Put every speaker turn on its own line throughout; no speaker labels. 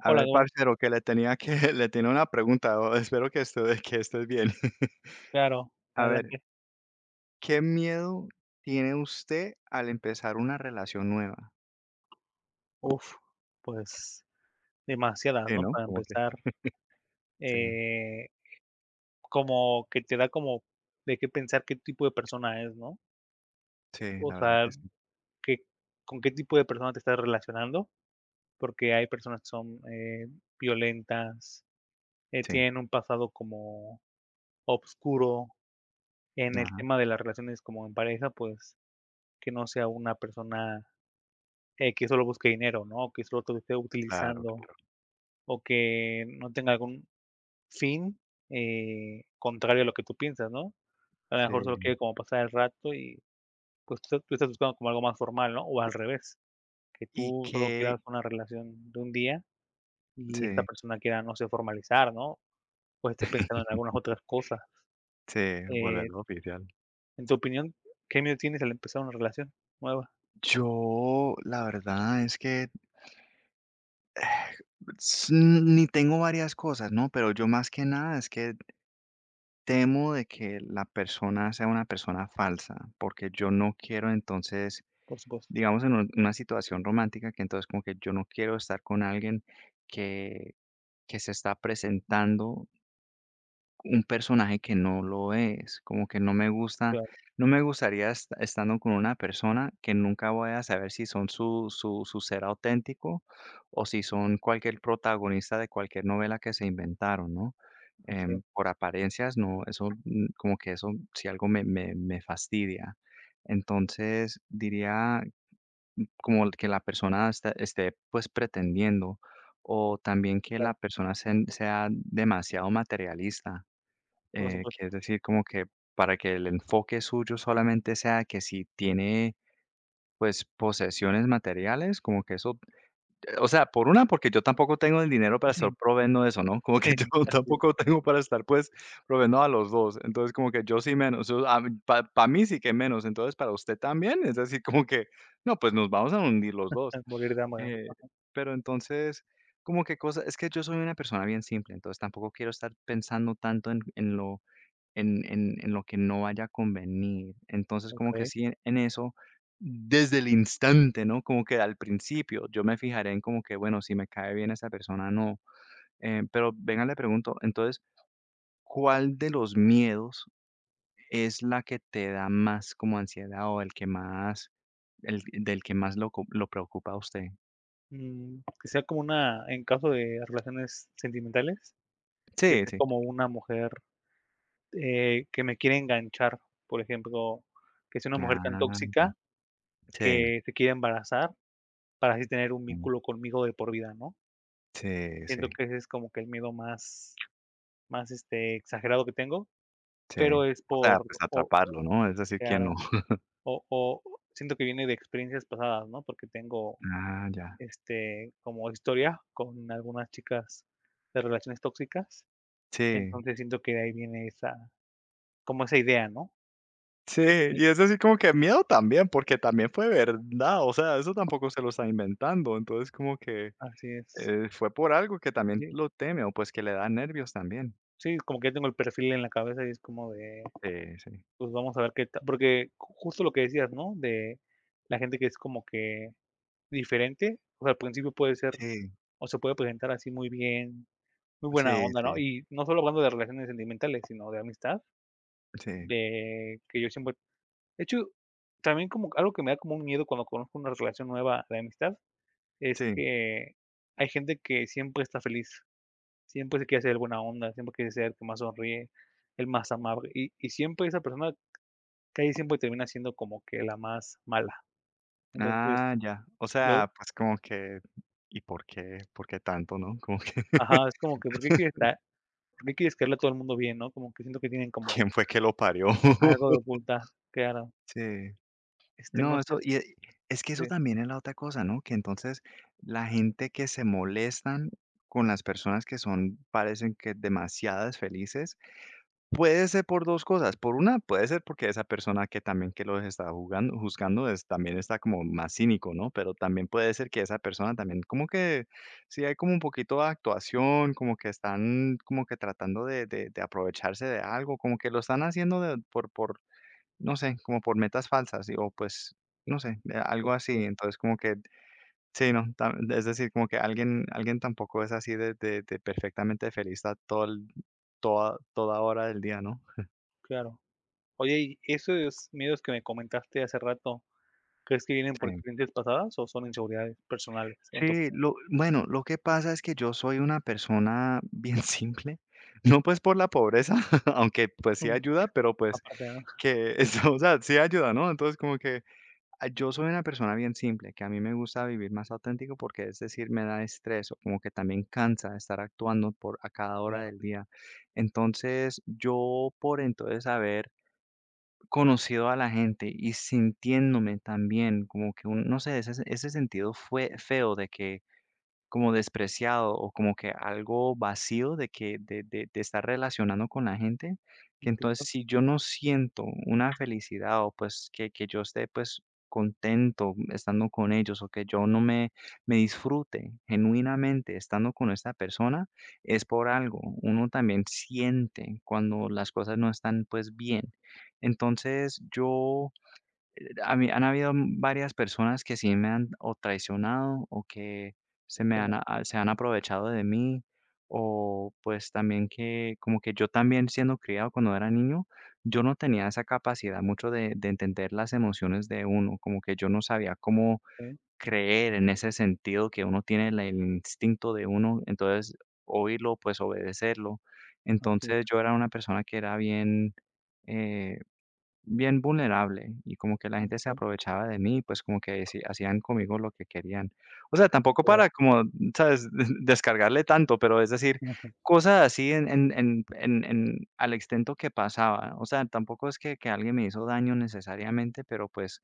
A
Hola,
ver,
qué bueno.
parcero, que le tenía que le tenía una pregunta, o espero que estés bien.
Claro,
A ver,
adelante.
¿qué miedo tiene usted al empezar una relación nueva?
Uf, pues demasiadas,
Sí,
¿no?
¿no?
Para
Como que
empezar,
sí,
eh, como que te da como de qué pensar qué tipo de persona es, ¿no?
sí,
O
la verdad
sea,
que sí.
que, con qué tipo de persona te estás relacionando, porque hay personas que son violentas,
Sí,
tienen un pasado como oscuro en el
ajá,
tema de las relaciones como en pareja, pues que no sea una persona que solo busque dinero, ¿no? O que solo te esté
claro,
utilizando
claro.
o que no tenga algún fin, contrario a lo que tú piensas, ¿no? A lo mejor solo
Sí.
quiere como pasar el rato y, pues, tú estás buscando como algo más formal, ¿no? O al revés, que
¿Y
tú solo
qué?
quieras una relación de un día y esta
Sí,
persona quiera, no sé, formalizar, ¿no? O esté pensando en algunas otras cosas.
sí,
Eh,
volverlo oficial.
en tu opinión, ¿qué miedo tienes al empezar una relación nueva?
Yo, la verdad es que, s ni tengo varias cosas, ¿no? Pero yo más que nada es que temo de que la persona sea una persona falsa, porque yo no quiero entonces,
Por supuesto,
digamos, en una situación romántica, que entonces como que yo no quiero estar con alguien que, que se está presentando un personaje que no lo es, como que no me gusta,
claro,
no me gustaría estando con una persona que nunca voy a saber si son su ser auténtico o si son cualquier protagonista de cualquier novela que se inventaron, ¿no?
así es,
Por apariencias, no, eso, como que eso, si algo me fastidia. Entonces, diría como que la persona esta esté, pues, pretendiendo, o también que
claro,
la persona sen sea demasiado materialista.
por supuesto.
Que es decir, como que para que el enfoque suyo solamente sea que si tiene, pues, posesiones materiales, como que eso, o sea, por una, porque yo tampoco tengo el dinero para estar
Ujú,
proveendo eso, ¿no? Como que
sí,
yo
así es,
tampoco tengo para estar, pues, proveendo a los dos. Entonces, como que yo sí menos, o para mí sí que menos, entonces para usted también, es decir, como que no, pues nos vamos a hundir los
a
dos.
morir de hambre, ¿no?
Eh,
Ajá,
pero entonces, como que cosa es que yo soy una persona bien simple, entonces tampoco quiero estar pensando tanto en lo que no vaya a convenir. Entonces, como que
okey.
sí, en eso, desde el instante, ¿no? Como que al principio, yo me fijaré en como que, bueno, si me cae bien esa persona, no. Pero venga, le pregunto, entonces, ¿cuál de los miedos es la que te da más como ansiedad, o el que más, el del que más lo preocupa a usted?
Mm, que sea como una en caso de relaciones sentimentales. Que
Sí,
sea
sí.
como una mujer, que me quiere enganchar, por ejemplo, que sea una mujer tan
Ah, ya.
tóxica
Sí,
que se quiere embarazar para así tener un
mm,
vínculo conmigo de por vida, ¿no?
sí, sí,
Siento que ese es como que el miedo más más exagerado que tengo,
sí.
pero es
O sea,
por
pues
o
atraparlo, ¿no? Es decir, que no.
claro, o siento que viene de experiencias pasadas, ¿no? Porque tengo,
Ah, ya.
este, como historia con algunas chicas de relaciones tóxicas,
Sí.
entonces siento que de ahí viene esa como esa idea, ¿no?
Sí,
Y
y es así como que miedo también, porque también fue verdad, o sea, eso tampoco se lo está inventando, entonces como que,
así es.
fue por algo que también
Sí,
lo teme, o pues que le da nervios también.
sí, como que ya tengo el perfil en la cabeza y es como de,
Sí, sí.
pues vamos a ver qué tal, porque ju justo lo que decías, ¿no? De la gente que es como que diferente, o sea, al principio puede ser,
Sí,
o se puede presentar así muy bien, muy buena
sí,
onda, ¿no?
sí,
Y no solo hablando de relaciones sentimentales, sino de amistad,
sí,
de que yo siempre de hecho, también como algo que me da como un miedo cuando conozco una relación nueva de amistad, es
sí.
que hay gente que siempre está feliz. Siempre se quiere hacer alguna onda, siempre quiere ser el que más sonríe, el más amable, y siempre esa persona casi siempre termina siendo como que la más mala. Entonces,
Ah, ya. O
yo
sea, pues como que, ¿y por qué? ¿Por qué tanto, no? Como que,
ajá, es como que, ¿por qué quieres caerle a todo el mundo bien, no? Como que siento que tienen como
¿quién fue que lo parió?
algo de ocultar, claro.
Sí.
Este, no
No,
sé,
eso y, es que eso
este,
también es la otra cosa, ¿no? Que entonces la gente que se molestan con las personas que son, parecen que demasiadas felices, puede ser por 2 cosas. Por una, puede ser porque esa persona que también que los está jugando juzgando es también está como más cínico, ¿no? Pero también puede ser que esa persona también como que sí hay como un poquito de actuación, como que están como que tratando de aprovecharse de algo, como que lo están haciendo de por no sé, como por metas falsas, y- o pues, no sé, algo
por
así. Entonces, como que sí, no, ta es decir, como que alguien tampoco es así de perfectamente feliz a todo el toda toda hora del día, ¿no?
claro. Oye, y esos miedos que me comentaste hace rato, ¿crees que vienen por
Sí.
experiencias pasadas o son inseguridades personales en tu
Sí,
opinión?
lo bueno, lo que pasa es que yo soy una persona bien simple, no, pues, por la pobreza, aunque, pues, sí
Mm,
ayuda, pero, pues,
aparte, ah,
que o sea, sí ayuda, ¿no? Entonces, como que ah, yo soy una persona bien simple, que a mí me gusta vivir más auténtico porque, es decir, me da estrés o como que también cansa de estar actuando por a cada hora
claro,
del día. Entonces, yo por entonces haber conocido a la gente y sintiéndome también como que un, no sé, ese sentido fue feo de que como despreciado o como que algo vacío de que de estar relacionando con la gente, que entonces
entiendo,
si yo no siento una felicidad o pues que yo esté, pues, contento estando con ellos, o que yo no me, me disfrute genuinamente estando con esta persona, es por algo. Uno también siente cuando las cosas no están, pues, bien. Entonces yo a mí han habido varias personas que sí me han o traicionado o que se me han
claro,
a- se han aprovechado de mí, o pues también que como que yo también siendo criado cuando era niño, yo no tenía esa capacidad mucho de entender las emociones de uno, como que yo no sabía cómo
okey,
creer en ese sentido que uno tiene el instinto de uno, entonces oírlo, pues obedecerlo.
así es,
Entonces yo era una persona que era bien, eh, bien vulnerable y como que la
okey,
gente se
claro.
aprovechaba de mí, pues como que sí, hacían conmigo lo que querían. O sea, tampoco para como, ¿sabes? Descargarle tanto, pero es decir,
Ujú,
cosas así en al extento que pasaba. O sea, tampoco es que alguien me hizo daño necesariamente, pero pues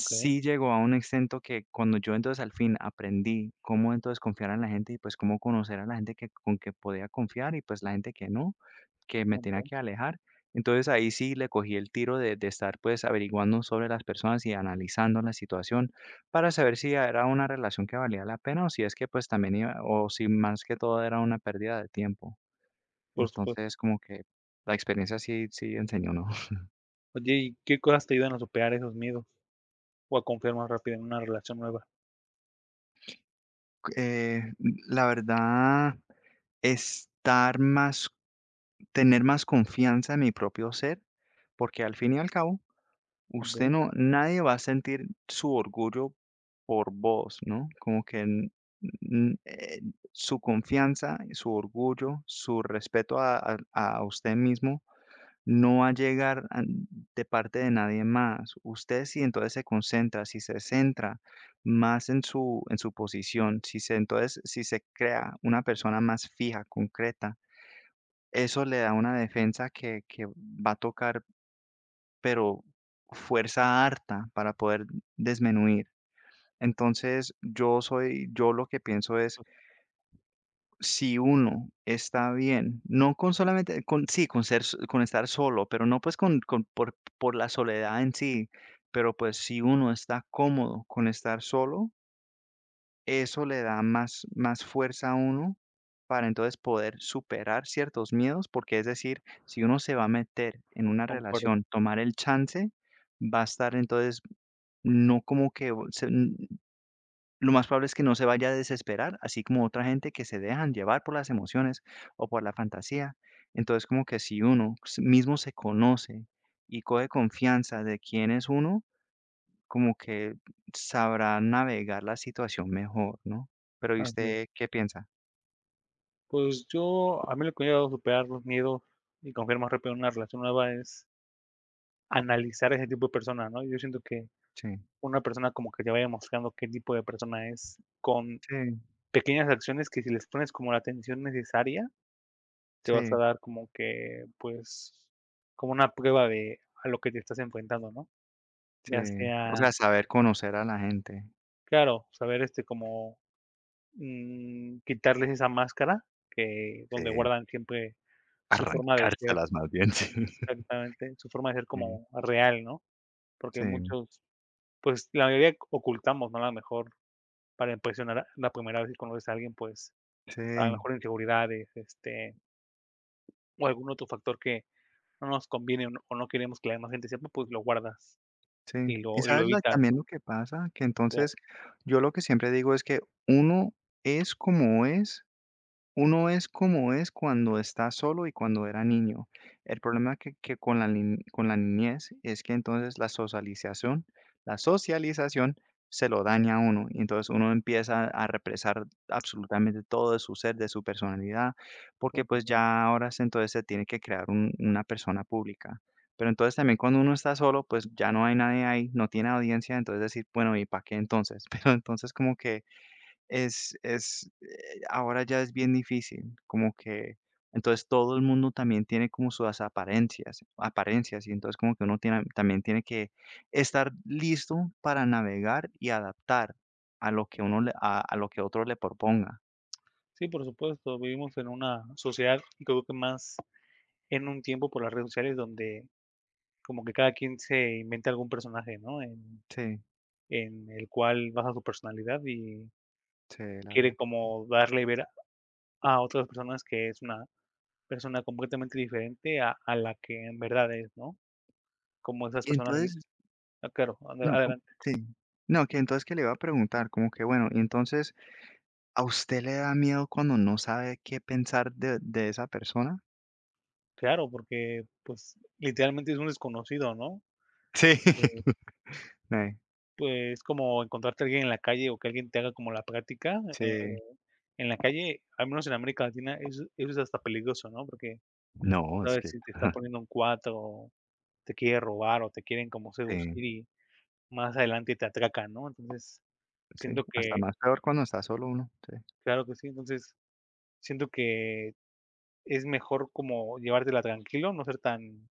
okey,
llegó a un extento que cuando yo entonces al fin aprendí cómo entonces confiar en la gente y pues cómo conocer a la gente que, con que podía confiar y pues la gente que no, que me tenía
okey,
que alejar. Entonces ahí sí le cogí el tiro de estar pues averiguando sobre las personas y analizando la situación para saber si era una relación que valía la pena o si es que pues también iba, o si más que todo era una pérdida de tiempo.
por supuesto.
Entonces como que la experiencia sí, sí enseñó, ¿no?
Oye, ¿y qué cosas te ayudan a superar esos miedos o a confiar más rápido en una relación nueva?
Eh, la verdad, estar más, tener más confianza en mi propio ser, porque al fin y al cabo usted
Okey,
no, nadie va a sentir su orgullo por vos, ¿no? Como que n- eh, su confianza, su orgullo, su respeto a usted mismo no va a llegar a- de parte de nadie más. Usted si entonces se concentra, si se centra más en su posición, si se, entonces, si se crea una persona más fija, concreta, eso le da una defensa que va a tocar, pero fuerza harta para poder desmenuir. Entonces, yo soy, yo lo que pienso es, si uno está bien, no con solamente, con, sí, con ser, con estar solo, pero no pues por la soledad en sí, pero pues si uno está cómodo con estar solo, eso le da más, más fuerza a uno para entonces poder superar ciertos miedos, porque es decir, si uno se va a meter en una
concuerdo,
relación, tomar el chance, va a estar entonces no como que o se n lo más probable es que no se vaya a desesperar, así como otra gente que se dejan llevar por las emociones o por la fantasía. Entonces, como que si uno s mismo se conoce y coge confianza de quién es uno, como que sabrá navegar la situación mejor, ¿no? Pero, ¿y
así
usted
es.
qué piensa?
Pues yo a mí lo que me ha ayudado a superar los miedos y confiar más rápido en una relación nueva es analizar ese tipo de persona, ¿no? Yo siento que
Sí,
una persona como que te vaya mostrando qué tipo de persona es con
sí,
pequeñas acciones que si les pones como la atención necesaria, te vas a
sí,
dar como que, pues, como una prueba de a lo que te estás enfrentando, ¿no?
sí.
Ya
O
sea
sea, saber conocer a la gente.
claro, saber, este, como, mm, quitarles esa máscara que donde
Sí,
guardan siempre su forma de ser,
arrancárselas más bien, sí.
exactamente, su forma de ser como real, ¿no? Porque
Sí,
muchos, pues, la mayoría ocultamos, ¿no? A lo mejor para impresionar a la primera vez que conoces a alguien, pues,
sí,
a lo
sí.
mejor inseguridades, este, o algún otro factor que no nos conviene o no queremos que la demás gente sepa, pues, lo guardas
Sí,
y
y
lo
sabes la
evitas,
también
¿no?
lo que pasa, que
Claro,
entonces yo lo que siempre digo es que uno es como es, uno es como es cuando está solo y cuando era niño. El problema que con la, ni- con la niñez es que entonces la socialización se lo daña a uno, y entonces uno empieza a represar absolutamente todo de su ser, de su personalidad, porque
por
pues
supuesto.
ya ahora entonces se tiene que crear una persona pública. Pero entonces también cuando uno está solo, pues ya no hay nadie ahí, no tiene audiencia, entonces decir, bueno, ¿y para qué entonces? Pero entonces como que es, ahora ya es bien difícil, como que entonces todo el mundo también tiene como sus apariencias, y entonces como que uno tiene también tiene que estar listo para navegar y adaptar a lo que otro le proponga.
Sí, por supuesto, vivimos en una sociedad, creo que más en un tiempo por las redes sociales donde como que cada quien se inventa algún personaje, ¿no?
Sí.
En el cual basa su personalidad y
Sí, la
quiere
verdad que
como darle ver a otras personas que es una persona completamente diferente a la que en verdad es, ¿no? Como esas
y
personas, en-
entonces,
ah, claro,
no, com
adelante,
sí. No, que entonces que le iba a preguntar, como que bueno, y entonces, ¿a usted le da miedo cuando no sabe qué pensar de esa persona?
claro, porque pues literalmente es un desconocido, ¿no?
Sí.
Eh,
Sí,
pues como encontrarte a alguien en la calle o que alguien te haga como la práctica
sí.
en la calle, al menos en América Latina, eso es hasta peligroso, ¿no? Porque
No,
otra
es
vez
que
si te está poniendo un 4 te quiere robar o te quieren como seducir
sí,
y más adelante te atracan, ¿no? Entonces,
sí,
siento
hasta
que
más peor cuando está solo uno, sí.
claro que sí, entonces, siento que es mejor como llevártela tranquilo, no ser tan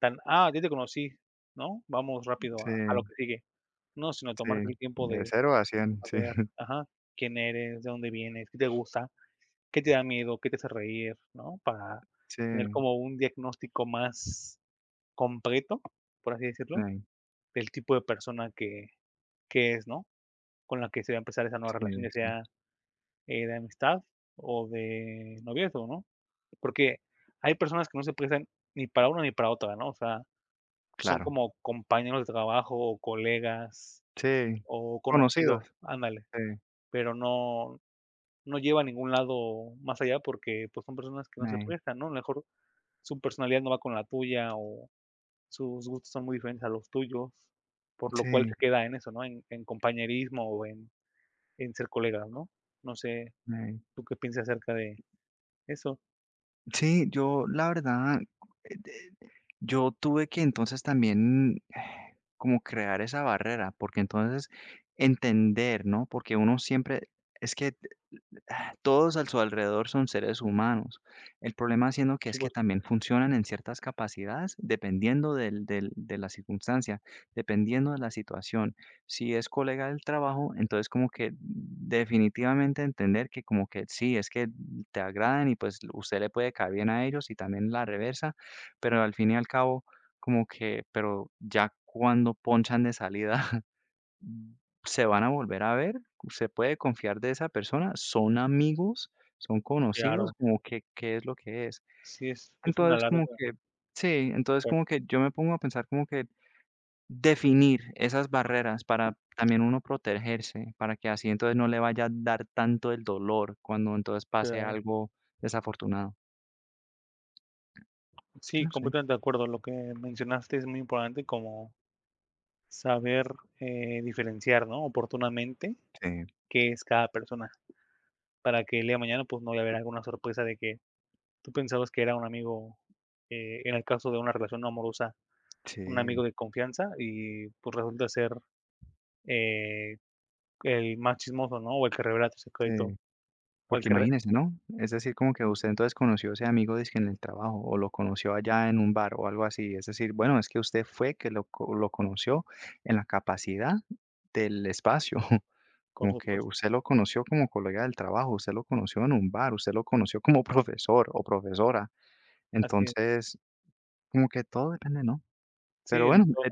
tan: "Ah, ya te conocí, ¿no? Vamos rápido
Sí,
a lo que sigue". No, sino tomarte
sí,
el tiempo
de
de
cero a 100,
a
sí,
ver ajá, quién eres, de dónde vienes, qué te gusta, qué te da miedo, qué te hace reír, ¿no? Para
sí,
tener como un diagnóstico más completo, por así decirlo,
ney,
del tipo de persona que es, ¿no? Con la que se va a empezar esa nueva
sí,
relación, ya
sí,
sea de amistad o de noviazgo, ¿no? Porque hay personas que no se prestan ni para una ni para otra, ¿no? O sea, son
claro,
como compañeros de trabajo o colegas
sí,
o conocidos,
conocidos,
ándale,
sí,
pero no, no lleva a ningún lado más allá porque pues son personas que no se
ney,
prestan, ¿no? A lo mejor su personalidad no va con la tuya o sus gustos son muy diferentes a los tuyos, por lo cual
sí,
se queda en eso, ¿no? En compañerismo o en ser colegas, ¿no? No sé,
ney.
¿tú qué piensas acerca de eso?
Sí, yo la verdad, de yo tuve que entonces también como crear esa barrera, porque entonces entender, ¿no? Porque uno siempre es que ah, todos a su alrededor son seres humanos. El problema siendo que
Por
es que
supuesto,
también funcionan en ciertas capacidades dependiendo de la circunstancia, dependiendo de la situación. Si es colega del trabajo, entonces como que definitivamente entender que como que sí, es que te agradan y pues usted le puede caer bien a ellos, y también la reversa, pero al fin y al cabo como que, pero ya cuando ponchan de salida mm, se van a volver a ver, usted puede confiar de esa persona, son amigos, son conocidos,
claro.
como que, ¿qué es lo que es?
Sí, es una
Entonces,
larga,
como que sí, entonces
pero
como que yo me pongo a pensar como que definir esas barreras para también uno protegerse, para que así entonces no le vaya a dar tanto el dolor cuando entonces pase
claro.
algo desafortunado.
Sí,
No sé.
completamente de acuerdo. Lo que mencionaste es muy importante como saber diferenciar, ¿no? Oportunamente
Sí,
qué es cada persona, para que el día de mañana pues no vaya a haber alguna sorpresa de que tú pensabas que era un amigo, en el caso de una relación amorosa, un
sí,
amigo de confianza y pues resulta ser eh, el más chismoso, ¿no? O el que revela tu secreto,
sí.
o el
Porque
que, re-
imagínese, ¿no? Es decir, como que usted entonces conoció a ese amigo dizque en el trabajo o lo conoció allá en un bar o algo así. Es decir, bueno, es que usted fue que lo conoció en la capacidad del espacio.
por
Como que
supuesto.
usted lo conoció como colega del trabajo, usted lo conoció en un bar, usted lo conoció como profesor o profesora.
Así es.
Entonces, como que todo depende, ¿no?
Sí,
Pero bueno,
de todo.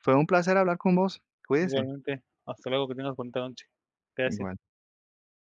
fue un placer hablar con vos. Cuídese.
Igualmente, hasta luego, que tengas bonita noche. Gracias.
Igual.